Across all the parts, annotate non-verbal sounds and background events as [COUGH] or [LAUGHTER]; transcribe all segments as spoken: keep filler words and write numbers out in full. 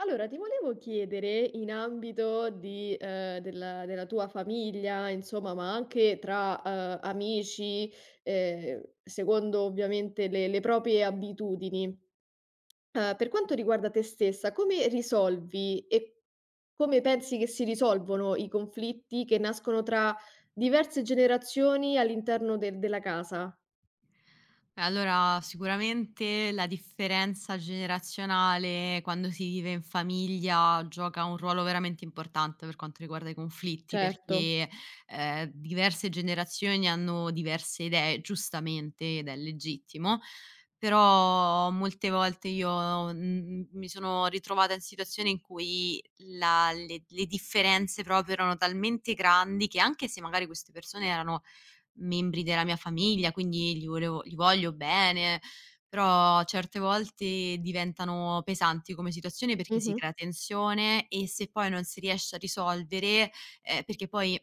Allora, ti volevo chiedere in ambito di, ehm, della della tua famiglia, insomma, ma anche tra, ehm, amici, ehm, secondo ovviamente le le proprie abitudini, ehm, per quanto riguarda te stessa, come risolvi e come pensi che si risolvono i conflitti che nascono tra diverse generazioni all'interno del della casa? Allora, sicuramente la differenza generazionale quando si vive in famiglia gioca un ruolo veramente importante per quanto riguarda i conflitti, Certo. perché eh, diverse generazioni hanno diverse idee, giustamente, ed è legittimo, però molte volte io mm, mi sono ritrovata in situazioni in cui la- le, le differenze proprio erano talmente grandi che anche se magari queste persone erano membri della mia famiglia, quindi gli volevo gli voglio bene, però certe volte diventano pesanti come situazione perché si Mh-mh. crea tensione e se poi non si riesce a risolvere, ehm, perché poi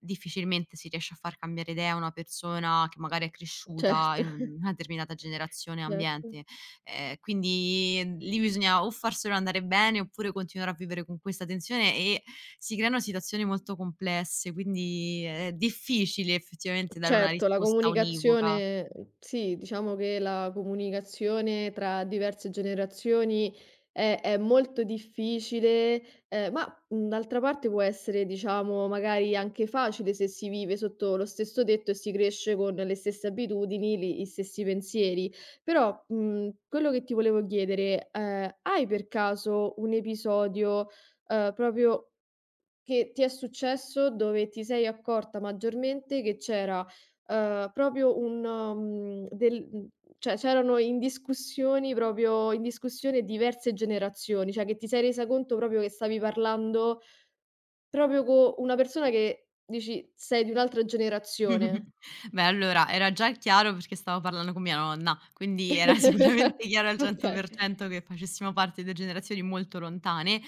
difficilmente si riesce a far cambiare idea a una persona che magari è cresciuta Certo, in [LAUGHS] un una determinata generazione e certo. ambiente. Ehm, quindi lì bisogna o farselo andare bene oppure continuare a vivere con questa tensione e si creano situazioni molto complesse, quindi è difficile effettivamente dare una Certo, la risposta univoca. comunicazione sì, diciamo che la comunicazione tra diverse generazioni è è molto difficile, ehm, ma, mhmm, d'altra parte può essere, diciamo, magari anche facile se si vive sotto lo stesso tetto e si cresce con le stesse abitudini, li gli stessi pensieri. Però, mhmm, quello che ti volevo chiedere, ehm, hai per caso un episodio, ehm, proprio che ti è successo dove ti sei accorta maggiormente che c'era, uhm, proprio un mhmm, del mhmm, cioè c'erano in discussioni proprio in discussione diverse generazioni, cioè che ti sei resa conto proprio che stavi parlando proprio co una persona che dici: "Sei di un'altra generazione." [LAUGHS] Beh, allora era già chiaro perché stavo parlando con mia nonna, quindi era [LAUGHS] sicuramente chiaro al Okay. cento per cento che facessimo parte di due generazioni molto lontane,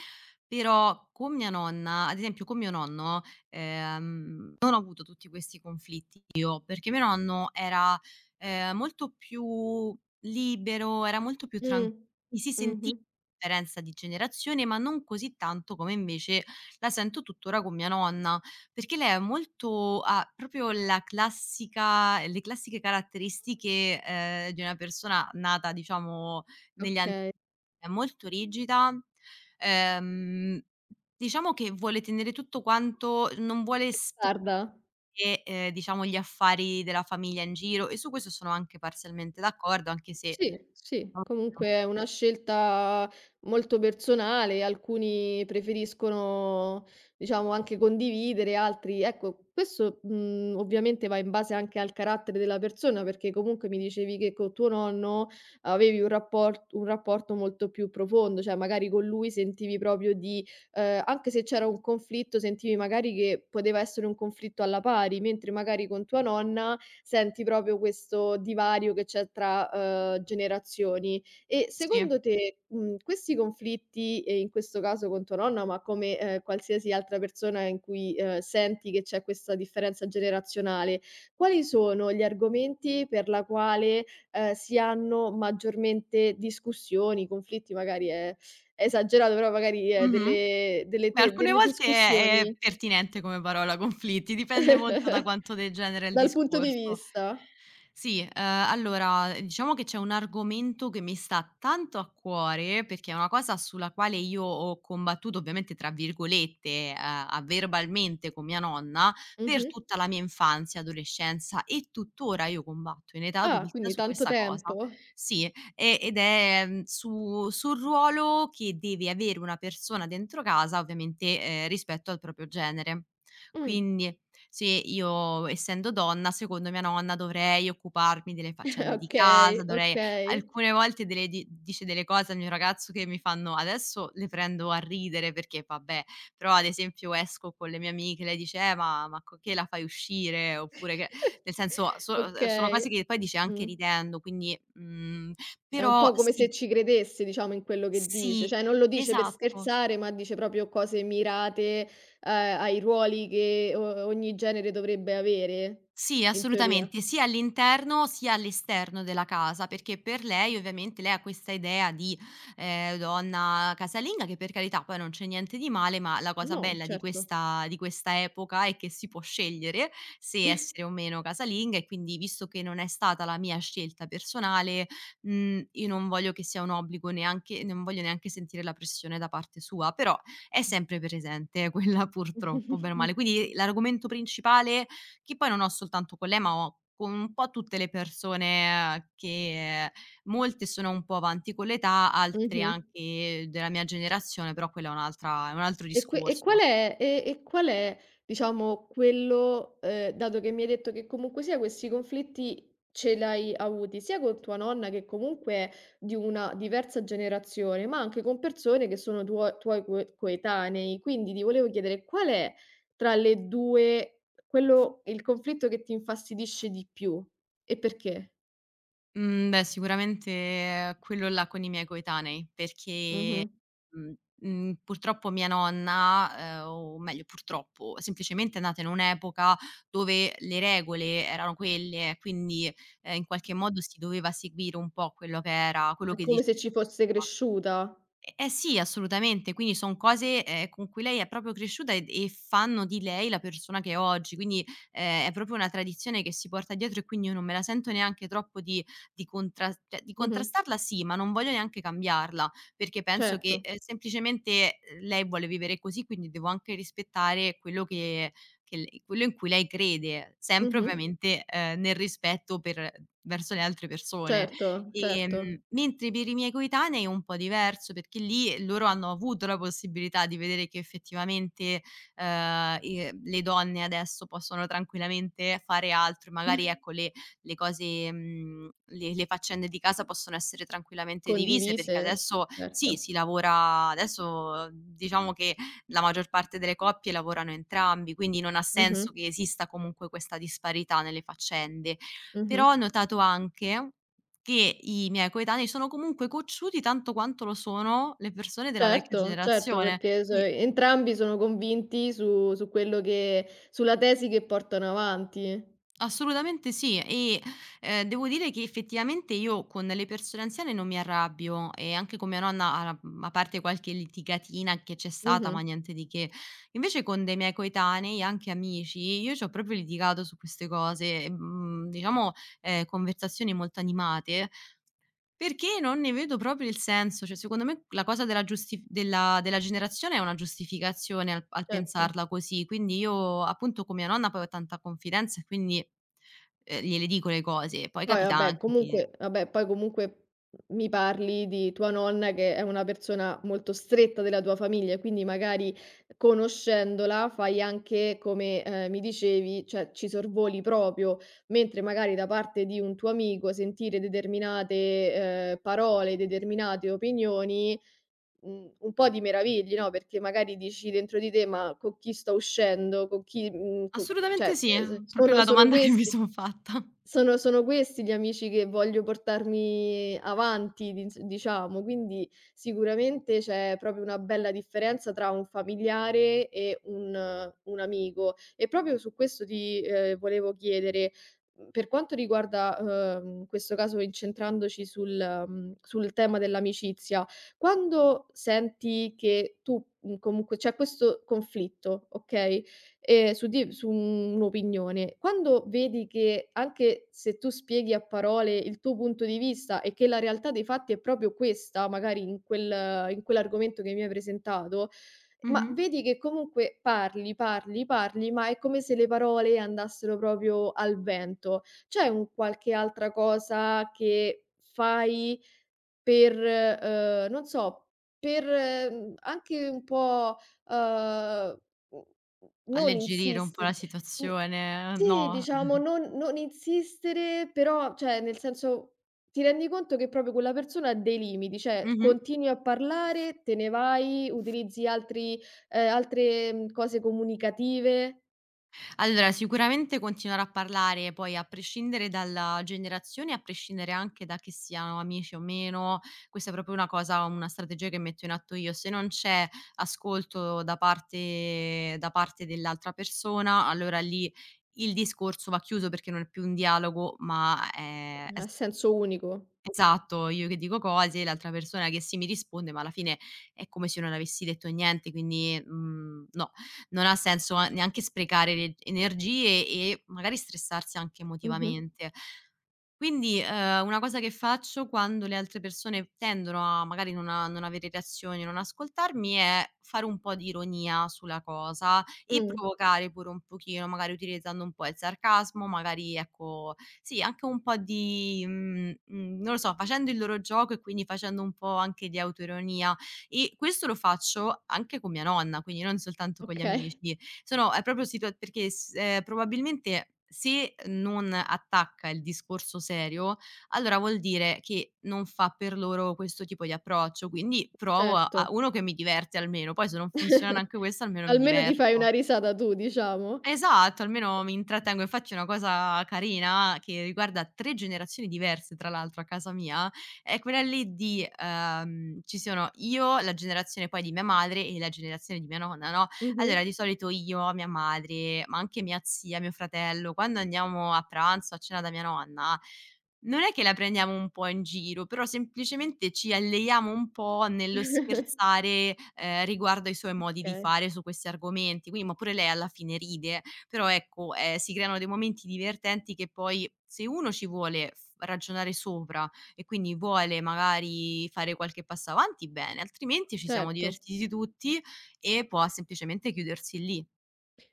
però con mia nonna, ad esempio con mio nonno, ehm, non ho avuto tutti questi conflitti io, perché mio nonno era, ehm, molto più libero, era molto più tran Mh. mi si sentiva Mh-mh. la differenza di generazione, ma non così tanto come invece la sento tuttora con mia nonna. Perché lei ha molto ha proprio la classica le classiche caratteristiche, ehm, di una persona nata diciamo negli anni Okay. è molto rigida, ehm, diciamo che vuole tenere tutto quanto non vuole spingere, Tarda. ehm, diciamo gli affari della famiglia in giro e su questo sono anche parzialmente d'accordo, anche se Sì, sì, diciamo, comunque è una scelta molto personale, alcuni preferiscono, diciamo, anche condividere, altri ecco, questo, mhmm, ovviamente va in base anche al carattere della persona, perché comunque mi dicevi che con tuo nonno avevi un rapport un rapporto molto più profondo, cioè magari con lui sentivi proprio di ehm, anche se c'era un conflitto, sentivi magari che poteva essere un conflitto alla pari, mentre magari con tua nonna senti proprio questo divario che c'è tra, uhm, generazioni. E sì. secondo te, mhmm, questi conflitti, e in questo caso con tua nonna, ma come, ehm, qualsiasi altra persona in cui, uhm, senti che c'è questa differenza generazionale, quali sono gli argomenti per la quale, ehm, si hanno maggiormente discussioni, conflitti magari è è esagerato, però magari, ehm, Mh-mh. delle delle Beh, te alcune delle volte è è discussioni pertinente come parola conflitti, dipende molto da [LAUGHS] quanto degenera il dal punto di discorso. vista? Sì, ehm, allora diciamo che c'è un argomento che mi sta tanto a cuore, perché è una cosa sulla quale io ho combattuto, ovviamente tra virgolette, a a "verbalmente" con mia nonna, per Mh-mh. tutta la mia infanzia, adolescenza e tuttora io combatto in età Ah, adulta quindi su tanto questa cosa. tempo. Sì, e ed è, mhmm, su sul ruolo che deve avere una persona dentro casa, ovviamente, ehm, rispetto al proprio genere. Mh. Quindi, se io essendo donna, secondo mia nonna dovrei occuparmi delle [LAUGHS] faccende di casa, Okay, dovrei okay. alcune volte delle di dice delle cose al mio ragazzo che mi fanno adesso le prendo a ridere perché vabbè, però ad esempio esco con le mie amiche, lei dice: "Eh, ma ma co che la fai uscire?" Oppure che [LAUGHS] nel senso so ehm, sono Okay. cose che poi dice anche Mh. ridendo, quindi, mhmm, È un però po' come se sì, ci credesse, diciamo, in quello che dice. sì, Cioè, non lo dice per esatto. scherzare, ma dice proprio cose mirate, ehm, ai ruoli che o ogni genere dovrebbe avere, Sì, in teoria. assolutamente, sia all'interno sia all'esterno della casa, perché per lei ovviamente lei ha questa idea di, ehm, donna casalinga, che per carità poi non c'è niente di male, ma la cosa No, bella di certo. questa di questa epoca è che si può scegliere se [LAUGHS] essere o meno casalinga e quindi visto che non è stata la mia scelta personale, mhmm, io non voglio che sia un obbligo neanche non voglio neanche sentire la pressione da parte sua, però è sempre presente [LAUGHS] quella purtroppo, bene o Mh. male. Quindi l'argomento principale che poi non ho soltanto con lei, ma ho con un po' tutte le persone eh, che eh, molte sono un po' avanti con l'età, altre Mh-mh. anche della mia generazione, però quella è un'altra è un altro E que e discorso. qual è e e qual è, diciamo, quello ehm, dato che mi hai detto che comunque sia questi conflitti ce l'hai avuti sia con tua nonna che comunque è di una diversa generazione, ma anche con persone che sono tuo tuoi coe coetanei. Quindi ti volevo chiedere qual è tra le due quello il conflitto che ti infastidisce di più e perché? Mhmm, Beh, sicuramente eh, quello là con i miei coetanei, perché, Mh-mh. mhmm, mhmm, purtroppo mia nonna, ehm, o meglio purtroppo, semplicemente è nata in un'epoca dove le regole erano quelle, quindi, ehm, in qualche modo si doveva seguire un po' quello che era quello È che come dice se ci fosse cresciuta. E eh sì, assolutamente. Quindi son cose, ehm, con cui lei è proprio cresciuta ed e fanno di lei la persona che è oggi. Quindi, ehm, è proprio una tradizione che si porta dietro e quindi io non me la sento neanche troppo di di contras cioè di Mh-mh. contrastarla sì, ma non voglio neanche cambiarla, perché penso che, Certo. ehm, semplicemente eh, lei vuole vivere così, quindi devo anche rispettare quello che che lei quello in cui lei crede, sempre Mh-mh. ovviamente, ehm, nel rispetto per verso le altre persone. Certo, Ehm, certo. Mentre per i miei coetanei è un po' diverso, perché lì loro hanno avuto la possibilità di vedere che effettivamente, ehm, i le donne adesso possono tranquillamente fare altro, magari ecco [LAUGHS] le le cose mhmm, le le faccende di casa possono essere tranquillamente divise, perché Condivise, adesso sì, certo. si lavora adesso diciamo che la maggior parte delle coppie lavorano entrambi, quindi non ha Mh-mh, senso che esista comunque questa disparità nelle faccende. mh-mh. Però ho notato anche che i miei coetanei sono comunque cocciuti tanto quanto lo sono le persone della vecchia Certo, certo, generazione. perché s Quindi entrambi sono convinti su su quello che sulla tesi che portano avanti. assolutamente sì e, ehm, devo dire che effettivamente io con le persone anziane non mi arrabbio e anche con mia nonna a mhmm, a parte qualche litigatina che c'è stata, ma Mh-mh, niente di che. Invece con dei miei coetanei, anche amici, io c'ho proprio litigato su queste cose, e, mhmm, diciamo, ehm, conversazioni molto animate. Perché non ne vedo proprio il senso, cioè secondo me la cosa della giusti della della generazione è una giustificazione al al certo. pensarla così, quindi io appunto con mia nonna poi ho tanta confidenza e quindi, ehm, gliele dico le cose. Poi Poi capita vabbè anche che comunque vabbè, poi comunque mi parli di tua nonna che è una persona molto stretta della tua famiglia, quindi magari conoscendola fai anche come, ehm, mi dicevi, cioè ci sorvoli proprio, mentre magari da parte di un tuo amico sentire determinate, ehm, parole, determinate opinioni, mhmm, un po' ti meravigli, no, perché magari dici dentro di te: "Ma con chi sto uscendo? Con chi mhmm, co" assolutamente cioè, sì, ehm, s proprio sono la sono domanda [LAUGHS] che mi questi son fatta. sono sono questi gli amici che voglio portarmi avanti, dinz diciamo, quindi sicuramente c'è proprio una bella differenza tra un familiare e un un amico. E proprio su questo ti, ehm, volevo chiedere, mhmm, per quanto riguarda, uhm, questo caso incentrandoci sul mhmm, sul tema dell'amicizia, quando senti che tu, mhmm, comunque c'è questo conflitto, okay, ehm, su di su un'opinione. Quando vedi che anche se tu spieghi a parole il tuo punto di vista e che la realtà dei fatti è proprio questa, magari in quel in quell'argomento che mi hai presentato, ma Mh-mh. vedi che comunque parli, parli, parli, ma è come se le parole andassero proprio al vento. C'è un qualche altra cosa che fai per, uhm, non so, per, mhmm, anche un po', uhm, mhmm, non Alleggerire un po' insisti la n situazione, sì, no. diciamo non non insistere, però cioè nel senso, ti rendi conto che proprio quella persona ha dei limiti, cioè Mh-mh. continui a parlare, te ne vai, utilizzi altri ehm, altre, mhmm, cose comunicative, Allora, sicuramente continuare a parlare, poi a prescindere dalla generazione, a prescindere anche da che siano amici o meno, questa è proprio una cosa una strategia che metto in atto io. Se non c'è ascolto da parte da parte dell'altra persona, allora lì il discorso va chiuso perché non è più un dialogo, ma è è a senso unico. esatto, io che dico cose, l'altra persona che sì mi risponde, ma alla fine è come se io non avessi detto niente, quindi, mhmm, no, non ha senso a neanche sprecare le energie e magari stressarsi anche Mh-mh. emotivamente. Quindi, ehm, una cosa che faccio quando le altre persone tendono a magari non a non avere reazioni, non ascoltarmi, è fare un po' di ironia sulla cosa e Mh, provocare pure un pochino, magari utilizzando un po' il sarcasmo, magari ecco sì, anche un po' di mhmm, mhmm, non lo so, facendo il loro gioco e quindi facendo un po' anche di autoironia. E questo lo faccio anche con mia nonna, quindi non soltanto con gli okay, amici. Sono è proprio situa perché s ehm, probabilmente se non attacca il discorso serio, allora vuol dire che non fa per loro questo tipo di approccio, quindi provo a a certo. uno che mi diverte almeno, poi se non funziona [LAUGHS] neanche questo almeno mi Almeno ti fai una diverto. risata tu, diciamo. Esatto, almeno mi intrattengo e faccio una cosa carina che riguarda tre generazioni diverse tra l'altro a casa mia, è quella lì di ehm, ci sono io, la generazione poi di mia madre e la generazione di mia nonna, no, Mh-mh. allora di solito io, mia madre, ma anche mia zia, mio fratello, quando andiamo a pranzo, a cena da mia nonna non è che la prendiamo un po' in giro, però semplicemente ci alleiamo un po' nello [LAUGHS] scherzare, ehm, riguardo ai suoi modi di Okay, fare su questi argomenti. Quindi ma pure lei alla fine ride, però ecco, ehm, si creano dei momenti divertenti che poi se uno ci vuole f ragionare sopra e quindi vuole magari fare qualche passo avanti, bene, altrimenti ci siamo certo. divertiti tutti e può semplicemente chiudersi lì.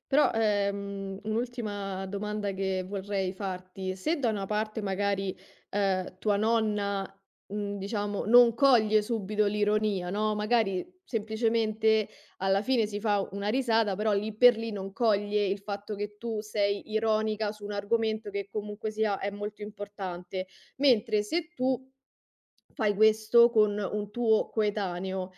Però, ehm, un'ultima domanda che vorrei farti: se da una parte magari, ehm, tua nonna, mhmm, diciamo non coglie subito l'ironia, no, magari semplicemente alla fine si fa una risata, però lì per lì non coglie il fatto che tu sei ironica su un argomento che comunque sia è molto importante, mentre se tu fai questo con un tuo coetaneo,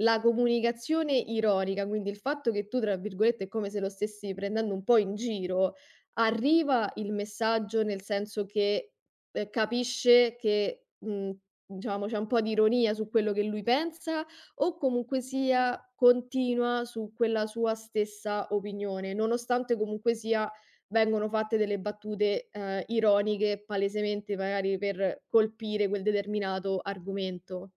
la comunicazione ironica, quindi il fatto che tu, tra virgolette, è come se lo stessi prendendo un po' in giro, arriva il messaggio nel senso che, ehm, capisce che, mhmm, diciamo c'è un po' di ironia su quello che lui pensa o comunque sia continua su quella sua stessa opinione, nonostante comunque sia vengono fatte delle battute, ehm, ironiche palesemente magari per colpire quel determinato argomento.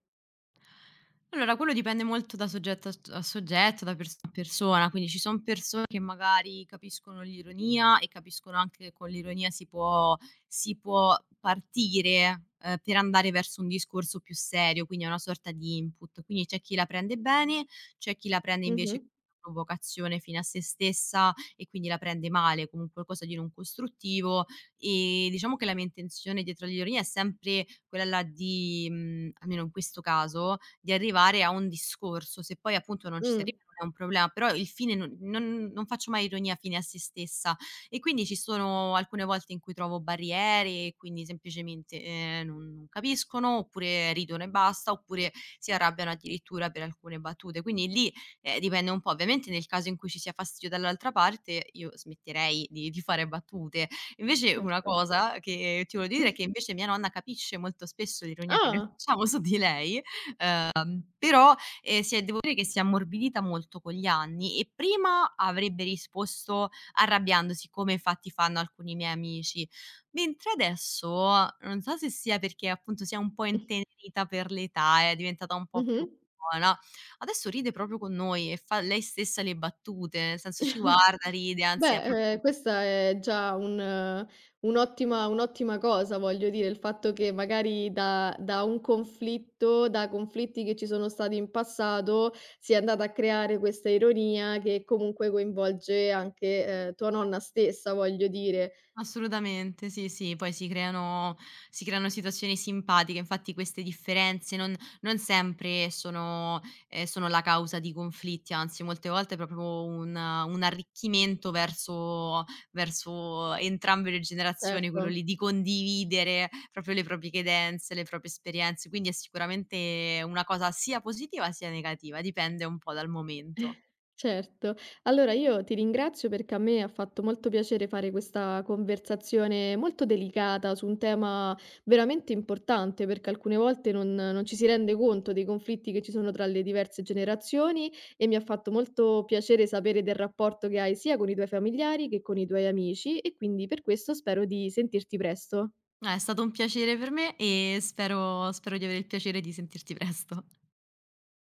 Allora, quello dipende molto da soggetto a s a soggetto, da persona a persona, quindi ci son persone che magari capiscono l'ironia e capiscono anche che con l'ironia si può si può partire, ehm, per andare verso un discorso più serio, quindi è una sorta di input. Quindi c'è chi la prende bene, c'è chi la prende invece Mh-mh. come una provocazione fine a sé stessa e quindi la prende male, come un qualcosa di non costruttivo. Ehm, diciamo che la mia intenzione dietro agli orologhi è sempre quella là di mhmm, almeno in questo caso, di arrivare a un discorso. Se poi appunto non ci si Mh, arriva non è un problema, però il fine non non non faccio mai ironia fine a se stessa e quindi ci sono alcune volte in cui trovo barriere e quindi semplicemente, ehm, non non capiscono oppure ridono e basta, oppure si arrabbiano addirittura per alcune battute. Quindi lì, ehm, dipende un po'. Ovviamente nel caso in cui ci sia fastidio dall'altra parte io smetterei di di fare battute, invece una certo. cosa che ti volevo dire è che invece mia nonna capisce molto spesso l'ironia che noi Ah! facciamo su di lei, però, ehm, si è devo dire che si è ammorbidita molto con gli anni e prima avrebbe risposto arrabbiandosi, come infatti fanno alcuni miei amici, mentre adesso, non so se sia perché appunto si è un po' intenerita per l'età, è diventata un po' più Mh-mh. buona, adesso ride proprio con noi e fa lei stessa le battute, nel senso ci [LAUGHS] guarda, ride, anzi Beh, è proprio ehm, questa è già un un'ottima un'ottima cosa, voglio dire, il fatto che magari da da un conflitto, da conflitti che ci sono stati in passato, si è andata a creare questa ironia che comunque coinvolge anche, ehm, tua nonna stessa, voglio dire. assolutamente, sì, sì, poi si creano si creano situazioni simpatiche, infatti queste differenze non non sempre sono ehm, sono la causa di conflitti, anzi molte volte è proprio un un arricchimento verso verso entrambe le generazioni, Certo. quello lì di condividere proprio le proprie credenze, le proprie esperienze, quindi è sicuramente una cosa sia positiva sia negativa, dipende un po' dal momento. Certo. Allora io ti ringrazio perché a me ha fatto molto piacere fare questa conversazione molto delicata su un tema veramente importante, perché alcune volte non non ci si rende conto dei conflitti che ci sono tra le diverse generazioni e mi ha fatto molto piacere sapere del rapporto che hai sia con i tuoi familiari che con i tuoi amici e quindi per questo spero di sentirti presto. Eh, è stato un piacere per me e spero spero di avere il piacere di sentirti presto.